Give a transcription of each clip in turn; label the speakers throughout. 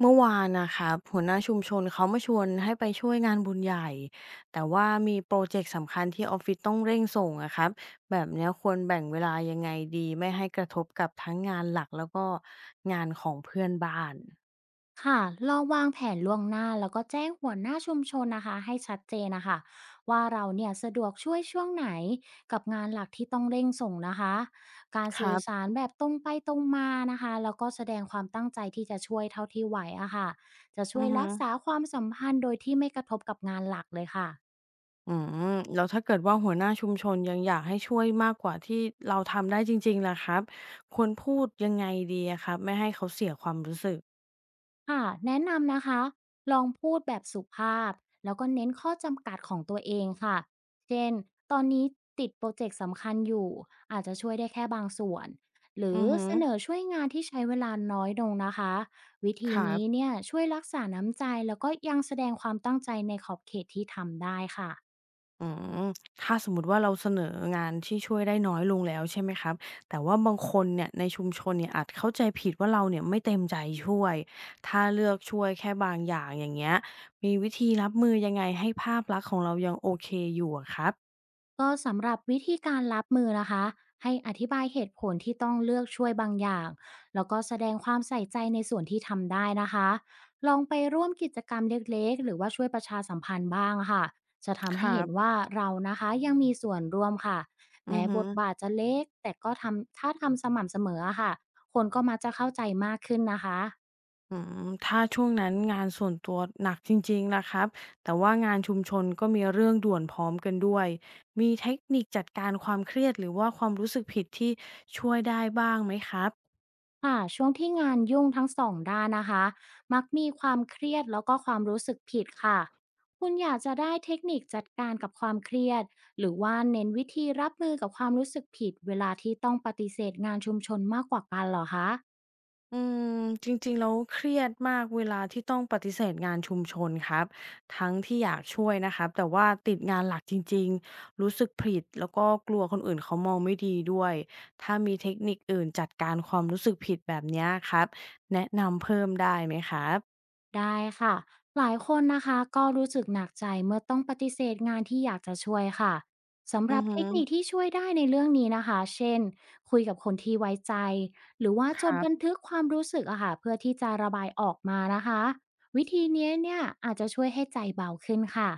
Speaker 1: เมื่อวานนะคะหัวหน้าชุมชนเขามาชวนให้ไปช่วยงานบุญใหญ่แต่ว่ามีโปรเจกต์สำคัญที่ออฟฟิศต้องเร่งส่งอะครับแบบเนี้ยควรแบ่งเวลายังไงดีไม่ให้กระทบกับทั้งงานหลักแล้วก็งานของเพื่อนบ้าน
Speaker 2: ค่ะลองวางแผนล่วงหน้าแล้วก็แจ้งหัวหน้าชุมชนนะคะให้ชัดเจนนะคะว่าเราเนี่ยสะดวกช่วยช่วงไหนกับงานหลักที่ต้องเร่งส่งนะคะการ
Speaker 1: ค
Speaker 2: สื่
Speaker 1: รั
Speaker 2: อสา
Speaker 1: บ
Speaker 2: รแบบตรงไปตรงมานะคะแล้วก็แสดงความตั้งใจที่จะช่วยเท่าที่ไหวอะค่ะจะ
Speaker 1: อื
Speaker 2: ช่วย
Speaker 1: อฮึ
Speaker 2: รักษาความสัมพันธ์โดยที่ไม่กระทบกับงานหลักเลยค่ะ
Speaker 1: อืมแล้วถ้าเกิดว่าหัวหน้าชุมชนยังอยากให้ช่วยมากกว่าที่เราทำได้จริงๆล่ะครับควรพูดยังไงดีอะครับไม่ให้เขาเสียความรู้สึก
Speaker 2: ค่ะแนะนำนะคะลองพูดแบบสุภาพแล้วก็เน้นข้อจำกัดของตัวเองค่ะเช่นตอนนี้ติดโปรเจกต์สำคัญอยู่อาจจะช่วยได้แค่บางส่วนหรือ
Speaker 1: อือฮึ
Speaker 2: เสนอช่วยงานที่ใช้เวลาน้อยลงนะคะวิธี
Speaker 1: ครั
Speaker 2: นี้
Speaker 1: บ
Speaker 2: เนี่ยช่วยรักษาน้ำใจแล้วก็ยังแสดงความตั้งใจในขอบเขตที่ทำได้ค่ะ
Speaker 1: อืมถ้าสมมุติว่าเราเสนองานที่ช่วยได้น้อยลงแล้วใช่ไหมครับ แต่ว่าบางคนเนี่ยในชุมชนเนี่ยอาจเข้าใจผิดว่าเราเนี่ยไม่เต็มใจช่วย ถ้าเลือกช่วยแค่บางอย่างอย่างเงี้ยมีวิธีรับมือยังไงให้ภาพลักษณ์ของเรายังโอเคอยู่อะครับ
Speaker 2: ก็สำหรับวิธีการรับมือนะคะให้อธิบายเหตุผลที่ต้องเลือกช่วยบางอย่างแล้วก็แสดงความใส่ใจในส่วนที่ทำได้นะคะลองไปร่วมกิจกรรมเล็กๆหรือว่าช่วยประชาสัมพันธ์บ้างค่ะจะทำ
Speaker 1: ค
Speaker 2: ให้
Speaker 1: รั
Speaker 2: เห็น
Speaker 1: บ
Speaker 2: ว่าเรานะคะยังมีส่วนร่วมค่ะ
Speaker 1: อื
Speaker 2: แม้
Speaker 1: อฮึ
Speaker 2: บทบาทจะเล็กแต่ก็ทำถ้าทำสม่ำเสมออะค่ะคนก็มักจะเข้าใจมากขึ้นนะคะ
Speaker 1: อืมถ้าช่วงนั้นงานส่วนตัวหนักจริงๆนะครับแต่ว่างานชุมชนก็มีเรื่องด่วนพร้อมกันด้วยมีเทคนิคจัดการความเครียดหรือว่าความรู้สึกผิดที่ช่วยได้บ้างไหมครับ
Speaker 2: ค่ะช่วงที่งานยุ่งทั้งสองด้านนะคะมักมีความเครียดแล้วก็ความรู้สึกผิดค่ะคุณอยากจะได้เทคนิคจัดการกับความเครียดหรือว่าเน้นวิธีรับมือกับความรู้สึกผิดเวลาที่ต้องปฏิเสธงานชุมชนมากกว่ากันเหรอคะ
Speaker 1: อืมจริงๆแล้วเครียดมากเวลาที่ต้องปฏิเสธงานชุมชนครับทั้งที่อยากช่วยนะครับแต่ว่าติดงานหลักจริงๆรู้สึกผิดแล้วก็กลัวคนอื่นเขามองไม่ดีด้วยถ้ามีเทคนิคอื่นจัดการความรู้สึกผิดแบบเนี้ยครับแนะนำเพิ่มได้ไหมครับ
Speaker 2: ได้ค่ะหลายคนนะคะก็รู้สึกหนักใจเมื่อต้องปฏิเสธงานที่อยากจะช่วยค่ะสำห
Speaker 1: อื
Speaker 2: รั
Speaker 1: อ
Speaker 2: บ
Speaker 1: ฮึ
Speaker 2: เทคนิคที่ช่วยได้ในเรื่องนี้นะคะเช่นคุยกับคนที่ไว้ใจหรือว่า
Speaker 1: ค
Speaker 2: จด
Speaker 1: รั
Speaker 2: บัน
Speaker 1: บ
Speaker 2: ทึกความรู้สึกอะค่ะเพื่อที่จะระบายออกมานะคะวิธีนี้เนี่ยอาจจะช่วยให้ใจเบาขึ้นค่ะ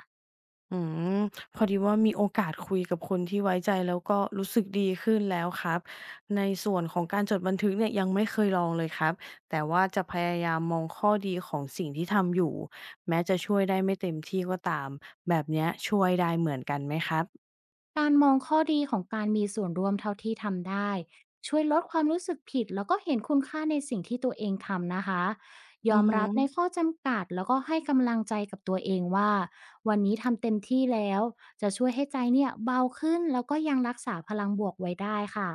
Speaker 1: อืมพอดีว่ามีโอกาสคุยกับคนที่ไว้ใจแล้วก็รู้สึกดีขึ้นแล้วครับในส่วนของการจดบันทึกเนี่ยยังไม่เคยลองเลยครับแต่ว่าจะพยายามมองข้อดีของสิ่งที่ทำอยู่แม้จะช่วยได้ไม่เต็มที่ก็ตามแบบเนี้ยช่วยได้เหมือนกันไหมครับ
Speaker 2: การมองข้อดีของการมีส่วนร่วมเท่าที่ทำได้ช่วยลดความรู้สึกผิดแล้วก็เห็นคุณค่าในสิ่งที่ตัวเองทำนะคะยอ
Speaker 1: อื
Speaker 2: ม
Speaker 1: อฮึ
Speaker 2: รับในข้อจำกัดแล้วก็ให้กำลังใจกับตัวเองว่าวันนี้ทำเต็มที่แล้วจะช่วยให้ใจเนี่ยเบาขึ้นแล้วก็ยังรักษาพลังบวกไว้ได้ค่ะ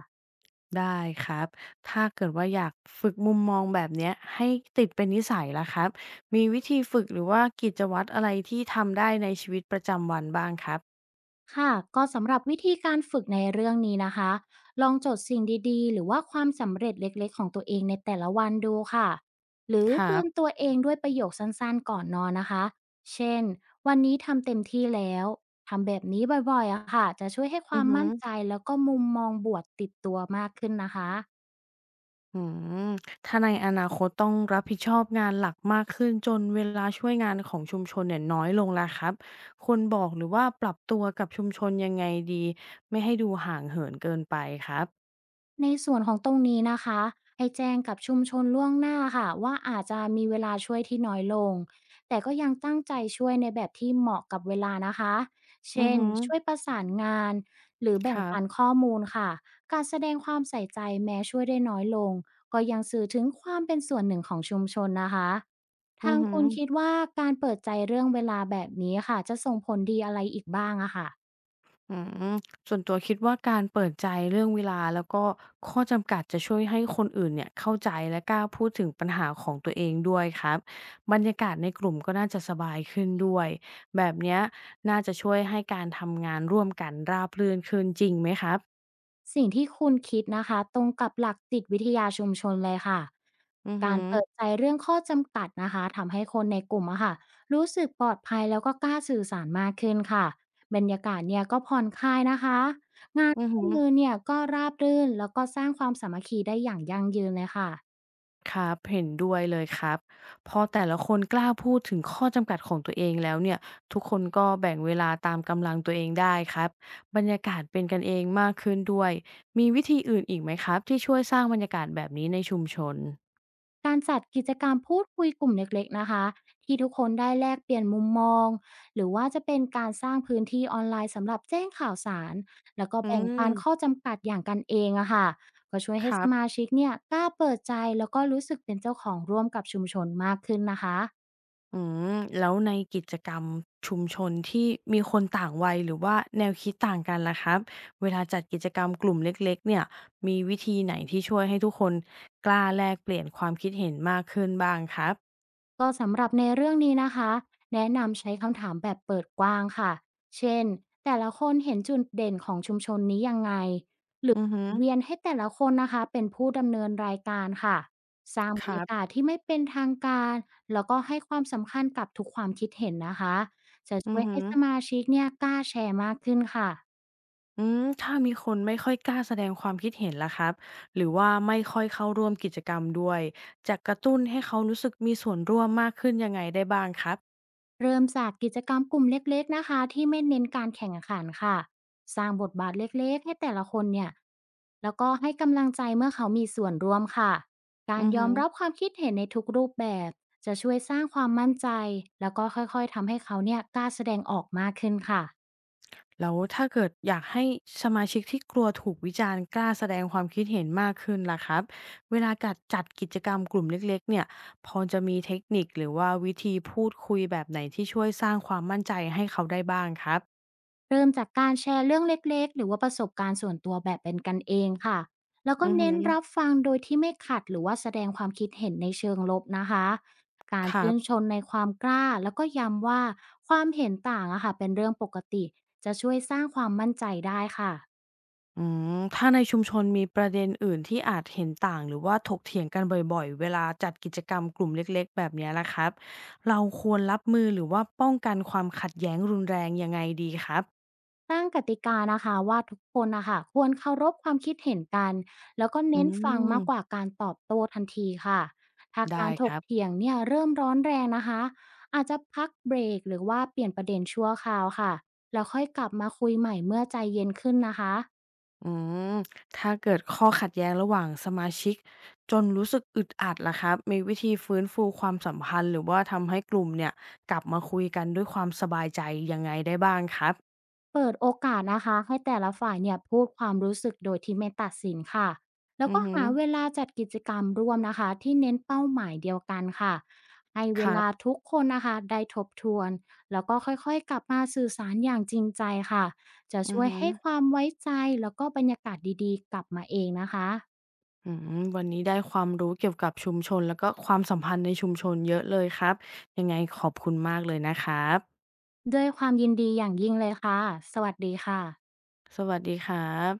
Speaker 1: ได้ครับถ้าเกิดว่าอยากฝึกมุมมองแบบเนี้ยให้ติดเป็นนิสัยล่ะครับมีวิธีฝึกหรือว่ากิจวัตรอะไรที่ทำได้ในชีวิตประจำวันบ้างครับ
Speaker 2: ค่ะก็สำหรับวิธีการฝึกในเรื่องนี้นะคะลองจดสิ่งดีๆหรือว่าความสำเร็จเล็กๆของตัวเองในแต่ละวันดูค่ะหรือ
Speaker 1: ครั
Speaker 2: เตือนตั
Speaker 1: บ
Speaker 2: วเองด้วยประโยคสั้นๆก่อนนอนนะคะเช่นวันนี้ทำเต็มที่แล้วทำแบบนี้บ่อยๆอะค่ะจะช่วยให้ค
Speaker 1: อื
Speaker 2: วา
Speaker 1: อ
Speaker 2: ม
Speaker 1: ฮึ
Speaker 2: มั่นใจแล้วก็มุมมองบวกติดตัวมากขึ้นนะคะ
Speaker 1: อืมถ้าในอนาคตต้องรับผิดชอบงานหลักมากขึ้นจนเวลาช่วยงานของชุมชนเนี่ยน้อยลงแล้วครับควรบอกหรือว่าปรับตัวกับชุมชนยังไงดีไม่ให้ดูห่างเหินเกินไปครับ
Speaker 2: ในส่วนของตรงนี้นะคะให้แจ้งกับชุมชนล่วงหน้าค่ะว่าอาจจะมีเวลาช่วยที่น้อยลงแต่ก็ยังตั้งใจช่วยในแบบที่เหมาะกับเวลานะคะ
Speaker 1: อื
Speaker 2: เช่
Speaker 1: อ
Speaker 2: น
Speaker 1: ฮึ
Speaker 2: ช่วยประสานงานหรือ
Speaker 1: ค
Speaker 2: แบ่ง
Speaker 1: รั
Speaker 2: ปัน
Speaker 1: บ
Speaker 2: ข้อมูลค่ะการแสดงความใส่ใจแม้ช่วยได้น้อยลงก็ยังสื่อถึงความเป็นส่วนหนึ่งของชุมชนนะคะ
Speaker 1: อื
Speaker 2: ทา
Speaker 1: อ
Speaker 2: ง
Speaker 1: ฮึ
Speaker 2: คุณคิดว่าการเปิดใจเรื่องเวลาแบบนี้ค่ะจะส่งผลดีอะไรอีกบ้างอะค่ะ
Speaker 1: อืมส่วนตัวคิดว่าการเปิดใจเรื่องเวลาแล้วก็ข้อจำกัดจะช่วยให้คนอื่นเนี่ยเข้าใจและกล้าพูดถึงปัญหาของตัวเองด้วยครับบรรยากาศในกลุ่มก็น่าจะสบายขึ้นด้วยแบบเนี้ยน่าจะช่วยให้การทำงานร่วมกันราบรื่นขึ้นจริงไหมครับ
Speaker 2: สิ่งที่คุณคิดนะคะตรงกับหลักจิตวิทยาชุมชนเลยค่ะ
Speaker 1: อือหื
Speaker 2: การ
Speaker 1: อ
Speaker 2: เปิดใจเรื่องข้อจำกัดนะคะทำให้คนในกลุ่มอะค่ะรู้สึกปลอดภัยแล้วก็กล้าสื่อสารมากขึ้นค่ะบรรยากาศเนี่ยก็ผ่อนคลายนะคะงาน
Speaker 1: อือ
Speaker 2: ร่ว
Speaker 1: หื
Speaker 2: ม
Speaker 1: อ
Speaker 2: มือเนี่ยก็ราบรื่นแล้วก็สร้างความสามัคคีได้อย่างยั่งยืนเลยค่ะ
Speaker 1: ครับเห็นด้วยเลยครับพอแต่ละคนกล้าพูดถึงข้อจำกัดของตัวเองแล้วเนี่ยทุกคนก็แบ่งเวลาตามกำลังตัวเองได้ครับบรรยากาศเป็นกันเองมากขึ้นด้วยมีวิธีอื่นอีกไหมครับที่ช่วยสร้างบรรยากาศแบบนี้ในชุมชน
Speaker 2: การจัดกิจกรรมพูดคุยกลุ่มเล็กๆนะคะที่ทุกคนได้แลกเปลี่ยนมุมมองหรือว่าจะเป็นการสร้างพื้นที่ออนไลน์สำหรับแจ้งข่าวสารแล้วก็
Speaker 1: อื
Speaker 2: แบ่งปันข้อ
Speaker 1: ม
Speaker 2: จำกัดอย่างกันเองอะค่ะก็ช่วย
Speaker 1: ค
Speaker 2: ให้ส
Speaker 1: รั
Speaker 2: มา
Speaker 1: บ
Speaker 2: ชิกเนี่ยกล้าเปิดใจแล้วก็รู้สึกเป็นเจ้าของร่วมกับชุมชนมากขึ้นนะคะ
Speaker 1: อืมแล้วในกิจกรรมชุมชนที่มีคนต่างวัยหรือว่าแนวคิดต่างกันล่ะครับเวลาจัดกิจกรรมกลุ่มเล็กๆเนี่ยมีวิธีไหนที่ช่วยให้ทุกคนกล้าแลกเปลี่ยนความคิดเห็นมากขึ้นบ้างครับ
Speaker 2: ก็สำหรับในเรื่องนี้นะคะแนะนำใช้คำถามแบบเปิดกว้างค่ะเช่นแต่ละคนเห็นจุดเด่นของชุมชนนี้ยังไง
Speaker 1: อือฮึ
Speaker 2: เวียนให้แต่ละคนนะคะเป็นผู้ดำเนินรายการค่ะสร้าง
Speaker 1: ค
Speaker 2: บรร
Speaker 1: รั
Speaker 2: ยากา
Speaker 1: บ
Speaker 2: ศที่ไม่เป็นทางการแล้วก็ให้ความสำคัญกับทุกความคิดเห็นนะคะจะ
Speaker 1: อื
Speaker 2: ช่ว
Speaker 1: อ
Speaker 2: ย
Speaker 1: ฮึ
Speaker 2: ให้สมาชิกเนี่ยกล้าแชร์มากขึ้นค่ะ
Speaker 1: อืมถ้ามีคนไม่ค่อยกล้าแสดงความคิดเห็นล่ะครับหรือว่าไม่ค่อยเข้าร่วมกิจกรรมด้วยจะกระตุ้นให้เขารู้สึกมีส่วนร่วมมากขึ้นยังไงได้บ้างครับ
Speaker 2: เริ่มจากกิจกรรมกลุ่มเล็กๆนะคะที่ไม่เน้นการแข่งขันค่ะสร้างบทบาทเล็กๆให้แต่ละคนเนี่ยแล้วก็ให้กำลังใจเมื่อเขามีส่วนร่วมค่ะกา
Speaker 1: อื
Speaker 2: ร
Speaker 1: อ
Speaker 2: ย
Speaker 1: ฮึ
Speaker 2: อมรับความคิดเห็นในทุกรูปแบบจะช่วยสร้างความมั่นใจแล้วก็ค่อยๆทำให้เขาเนี่ยกล้าแสดงออกมากขึ้นค่ะ
Speaker 1: แล้วถ้าเกิดอยากให้สมาชิกที่กลัวถูกวิจารณ์กล้าแสดงความคิดเห็นมากขึ้นล่ะครับเวลากัดจัดกิจกรรมกลุ่มเล็กๆเนี่ยพอจะมีเทคนิคหรือว่าวิธีพูดคุยแบบไหนที่ช่วยสร้างความมั่นใจให้เขาได้บ้างครับ
Speaker 2: เริ่มจากการแชร์เรื่องเล็กๆ หรือว่าประสบการณ์ส่วนตัวแบบเป็นกันเองค่ะ แล้วก็
Speaker 1: อือฮ
Speaker 2: เน้นรับฟังโดยที่ไม่ขัดหรือว่าแสดงความคิดเห็นในเชิงลบนะคะ การ
Speaker 1: ครั
Speaker 2: ชื่
Speaker 1: บ
Speaker 2: นชนในความกล้าแล้วก็ย้ำว่าความเห็นต่างอะค่ะเป็นเรื่องปกติจะช่วยสร้างความมั่นใจได้ค่ะ
Speaker 1: อืมถ้าในชุมชนมีประเด็นอื่นที่อาจเห็นต่างหรือว่าถกเถียงกันบ่อยๆเวลาจัดกิจกรรมกลุ่มเล็กๆแบบเนี้ยล่ะครับเราควรรับมือหรือว่าป้องกันความขัดแย้งรุนแรงยังไงดีครับ
Speaker 2: ตั้งกติกานะคะว่าทุกคนนะคะควรเคารพความคิดเห็นกันแล้วก็
Speaker 1: อื
Speaker 2: เน้นฟังมากกว่า
Speaker 1: ม
Speaker 2: การตอบโต้ทันทีค่ะถ้ากา
Speaker 1: ได้
Speaker 2: รถ
Speaker 1: ค
Speaker 2: ก
Speaker 1: รับ
Speaker 2: เถียงเนี่ยเริ่มร้อนแรงนะคะอาจจะพักเบรกหรือว่าเปลี่ยนประเด็นชั่วคราวค่ะแล้วค่อยกลับมาคุยใหม่เมื่อใจเย็นขึ้นนะคะ
Speaker 1: อืมถ้าเกิดข้อขัดแย้งระหว่างสมาชิกจนรู้สึกอึดอัดล่ะครับมีวิธีฟื้นฟูความสัมพันธ์หรือว่าทำให้กลุ่มเนี่ยกลับมาคุยกันด้วยความสบายใจยังไงได้บ้างครับ
Speaker 2: เปิดโอกาสนะคะให้แต่ละฝ่ายเนี่ยพูดความรู้สึกโดยที่ไม่ตัดสินค่ะแล้ว
Speaker 1: อือ
Speaker 2: ก็
Speaker 1: หือ
Speaker 2: หาเวลาจัดกิจกรรมร่วมนะคะที่เน้นเป้าหมายเดียวกันค่ะให้
Speaker 1: ค
Speaker 2: เว
Speaker 1: รับ
Speaker 2: ลาทุกคนนะคะได้ทบทวนแล้วก็ค่อยๆกลับมาสื่อสารอย่างจริงใจค่ะจะ
Speaker 1: อือ
Speaker 2: ช่วย
Speaker 1: หือ
Speaker 2: ให้ความไว้ใจแล้วก็บรรยากาศดีๆกลับมาเองนะคะ
Speaker 1: อืมวันนี้ได้ความรู้เกี่ยวกับชุมชนแล้วก็ความสัมพันธ์ในชุมชนเยอะเลยครับยังไงขอบคุณมากเลยนะครับ
Speaker 2: ด้วยความยินดีอย่างยิ่งเลยค่ะสวัสดีค่ะ
Speaker 1: สวัสดีครับ